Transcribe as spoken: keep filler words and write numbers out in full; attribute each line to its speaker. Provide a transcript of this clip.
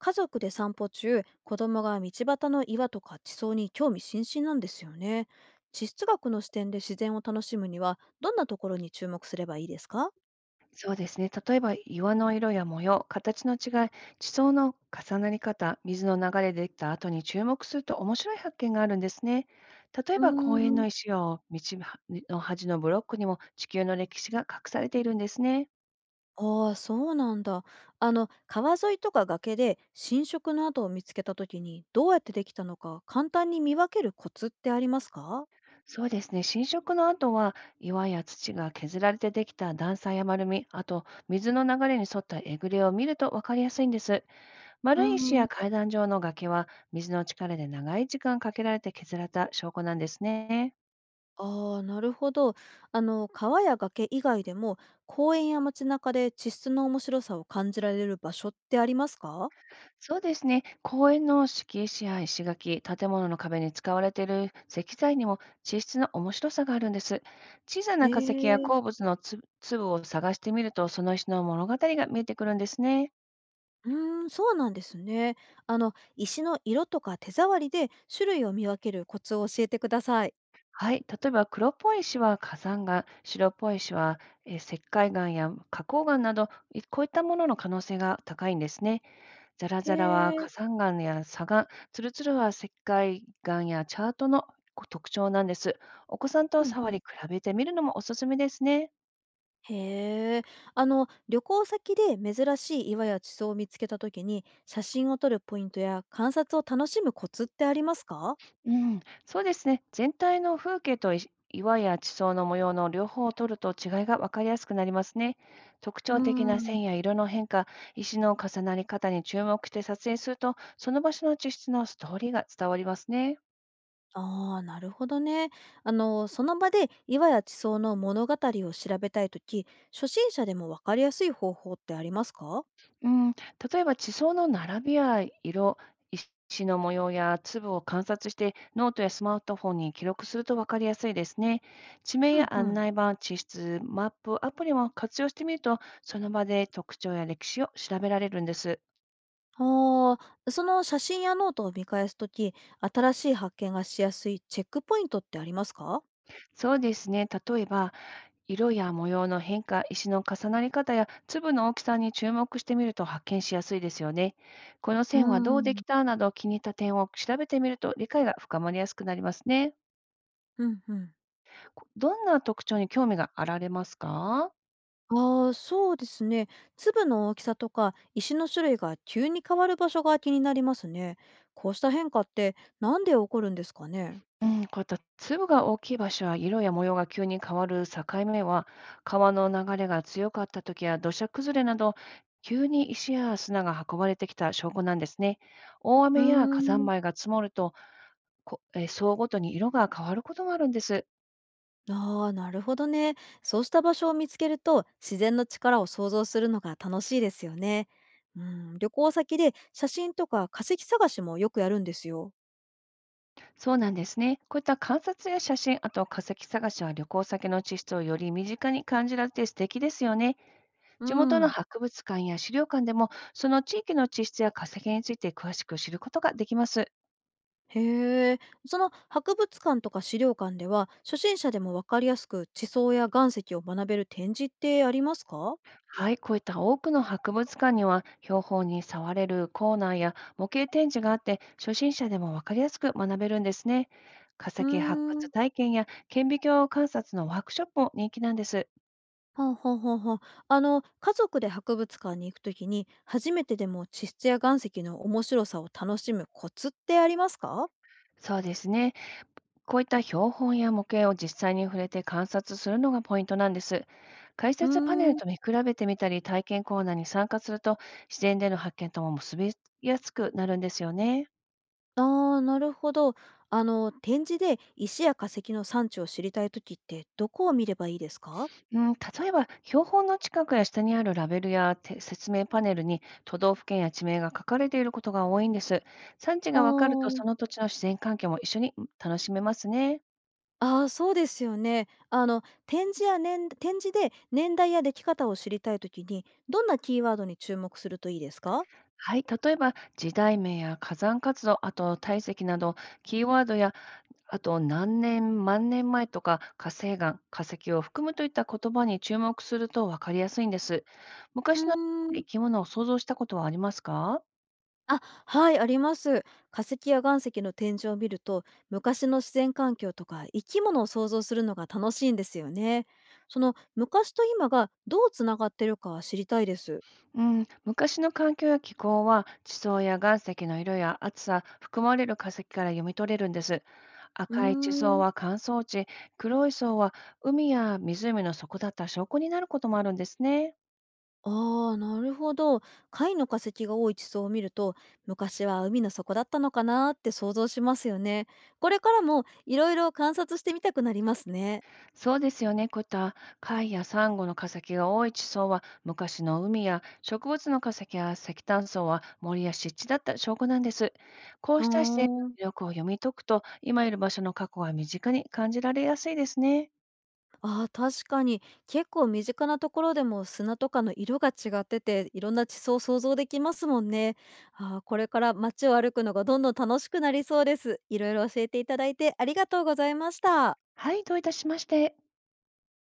Speaker 1: 家族で散歩中、子供が道端の岩とか地層に興味津々なんですよね。地質学の視点で自然を楽しむには、どんなところに注目すればいいですか？
Speaker 2: そうですね。例えば岩の色や模様、形の違い、地層の重なり方、水の流れでできた後に注目すると面白い発見があるんですね。例え
Speaker 1: うー
Speaker 2: ば公園
Speaker 1: ん。
Speaker 2: の石を道の端のブロックにも地球の歴史が隠されているんですね。
Speaker 1: ああ、そうなんだ。あの、川沿いとか崖で浸食の跡を見つけた時に、どうやってできたのか簡単に見分けるコツってありますか？
Speaker 2: そうですね。侵食の後は岩や土が削られてできた段差や丸み、あと水の流れに沿ったえぐれを見ると分かりやすいんです。
Speaker 1: う
Speaker 2: 丸い石
Speaker 1: ーん。
Speaker 2: や階段状の崖は水の力で長い時間かけられて削られた証拠なんですね。
Speaker 1: ああ、なるほど。あの、川や崖以外でも、公園や街中で地質の面白さを感じられる場所ってありますか？
Speaker 2: そうですね。公園の敷石や石垣、建物の壁に使われている石材にも地質の面白さがあるんです。小さ
Speaker 1: へ
Speaker 2: な化石や
Speaker 1: え。
Speaker 2: 鉱物のつ粒を探してみると、その石の物語が見えてくるんですね。
Speaker 1: うーん、そうなんですね。あの、石の色とか手触りで種類を見分けるコツを教えてください。
Speaker 2: はい。例えば、黒っぽい石は火山岩、白っぽい石はえー石灰岩や花崗岩など、いこういったものの可能性が高いんですね。ザラ
Speaker 1: へ
Speaker 2: ザラは
Speaker 1: え。
Speaker 2: 火山岩や砂岩、ツルツルは石灰岩やチャートの特徴なんです。お子さんと
Speaker 1: うん
Speaker 2: 触
Speaker 1: う
Speaker 2: り
Speaker 1: ん。
Speaker 2: 比べてみるのもおすすめですね。
Speaker 1: へえ。あの、旅行先で珍しい岩や地層を見つけたときに、写真を撮るポイントや観察を楽しむコツってありますか？
Speaker 2: うん、そうですね。全体の風景とい岩や地層の模様の両方を取ると違いが分かりやすくなりますね。特
Speaker 1: う
Speaker 2: 徴的
Speaker 1: ー
Speaker 2: な
Speaker 1: ん。
Speaker 2: 線や色の変化、石の重なり方に注目して撮影すると、その場所の地質のストーリーが伝わりますね。
Speaker 1: ああ、なるほどね。あの、その場で岩や地層の物語を調べたいとき、初心者でもわかりやすい方法ってありますか？
Speaker 2: うん、例えば地層の並びや色、石の模様や粒を観察してノートやスマートフォンに記録すると分かりやすいですね。地名
Speaker 1: うん
Speaker 2: や
Speaker 1: う
Speaker 2: 案
Speaker 1: ん。
Speaker 2: 内板、地質、マップ、アプリも活用してみると、その場で特徴や歴史を調べられるんです。
Speaker 1: ああ、その写真やノートを見返すとき、新しい発見がしやすいチェックポイントってありますか？
Speaker 2: そうですね。例えば、色や模様の変化、石の重なり方や粒の大きさに注目してみると発見しやすいですよね。この
Speaker 1: うー
Speaker 2: 線はどうでき
Speaker 1: ん。
Speaker 2: たなど気に入った点を調べてみると理解が深まりやすくなりますね。
Speaker 1: うんうん。
Speaker 2: こどんな特徴に興味があられますか？
Speaker 1: ああ、そうですね。粒の大きさとか石の種類が急に変わる場所が気になりますね。こうした変化ってなんで起こるんですかね？
Speaker 2: うん、こういった粒が大きい場所は色や模様が急に変わる境目は、川の流れが強かった時や土砂崩れなど、急に石や砂が運ばれてきた証拠なんですね。大
Speaker 1: うー
Speaker 2: 雨や火山
Speaker 1: ん。
Speaker 2: 灰が積もると、こえー、層ごとに色が変わることもあるんです。
Speaker 1: ああ、なるほどね。そうした場所を見つけると自然の力を想像するのが楽しいですよね。うん、旅行先で写真とか化石探しもよくやるんですよ。
Speaker 2: そうなんですね。こういった観察や写真、あと化石探しは旅行先の地質をより身近に感じられて素敵ですよね。
Speaker 1: う
Speaker 2: 地元の
Speaker 1: ん。
Speaker 2: 博物館や資料館でも、その地域の地質や化石について詳しく知ることができます。
Speaker 1: へえ。その博物館とか資料館では、初心者でもわかりやすく地層や岩石を学べる展示ってありますか？
Speaker 2: はい、こういった多くの博物館には、標本に触れるコーナーや模型展示があって、初心者でもわかりやすく学べるんですね。化
Speaker 1: う
Speaker 2: 石発
Speaker 1: ーん。
Speaker 2: 掘体験や顕微鏡観察のワークショップも人気なんです。
Speaker 1: はあ、はあはあはあ。あの、家族で博物館に行くときに、初めてでも地質や岩石の面白さを楽しむコツってありますか？
Speaker 2: そうですね。こういった標本や模型を実際に触れて観察するのがポイントなんです。解
Speaker 1: う
Speaker 2: 説パネル
Speaker 1: ーん。
Speaker 2: と見比べてみたり、体験コーナーに参加すると、自然での発見とも結びやすくなるんですよね。
Speaker 1: ああ、なるほど。あの、展示で石や化石の産地を知りたいときって、どこを見ればいいですか？
Speaker 2: うん、例えば、標本の近くや下にあるラベルやて説明パネルに都道府県や地名が書かれていることが多いんです。産地
Speaker 1: は
Speaker 2: がわかると、そ
Speaker 1: あ。
Speaker 2: の土地の自然環境も一緒に楽しめますね。
Speaker 1: ああ、そうですよね。あの、展示や年展示で年代や出来方を知りたいときに、どんなキーワードに注目するといいですか？
Speaker 2: はい、例えば、時代名や火山活動、あと体積など、キーワードやあと何年、万年前とか火成岩、化石を含むといった言葉に注目すると分かりやすいんです。
Speaker 1: う
Speaker 2: 昔の
Speaker 1: ーん。
Speaker 2: 生き物を想像したことはありますか。
Speaker 1: あ、はい、あります。化石や岩石の展示を見ると、昔の自然環境とか生き物を想像するのが楽しいんですよね。その昔と今がどうつながってるかは知りたいです。
Speaker 2: うん、昔の環境や気候は地層や岩石の色や厚さ、含まれる化石から読み取れるんです。
Speaker 1: うー
Speaker 2: 赤い地層
Speaker 1: ん。
Speaker 2: は乾燥地、黒い層は海や湖の底だった証拠になることもあるんですね。
Speaker 1: ああ、なるほど。貝の化石が多い地層を見ると、昔は海の底だったのかなーって想像しますよね。これからもいろいろ観察してみたくなりますね。
Speaker 2: そうですよね、こういった貝やサンゴの化石が多い地層は昔の海や植物の化石や石炭層は森や湿地だった証拠なんです。こ
Speaker 1: あ
Speaker 2: うした自然の
Speaker 1: ー。
Speaker 2: 魅力を読み解くと今いる場所の過去が身近に感じられやすいですね。
Speaker 1: あー、確かに結構身近なところでも砂とかの色が違ってて、いろんな地層を想像できますもんね。あー、これから街を歩くのがどんどん楽しくなりそうです。いろいろ教えていただいてありがとうございました。
Speaker 2: はい、どういたしまして。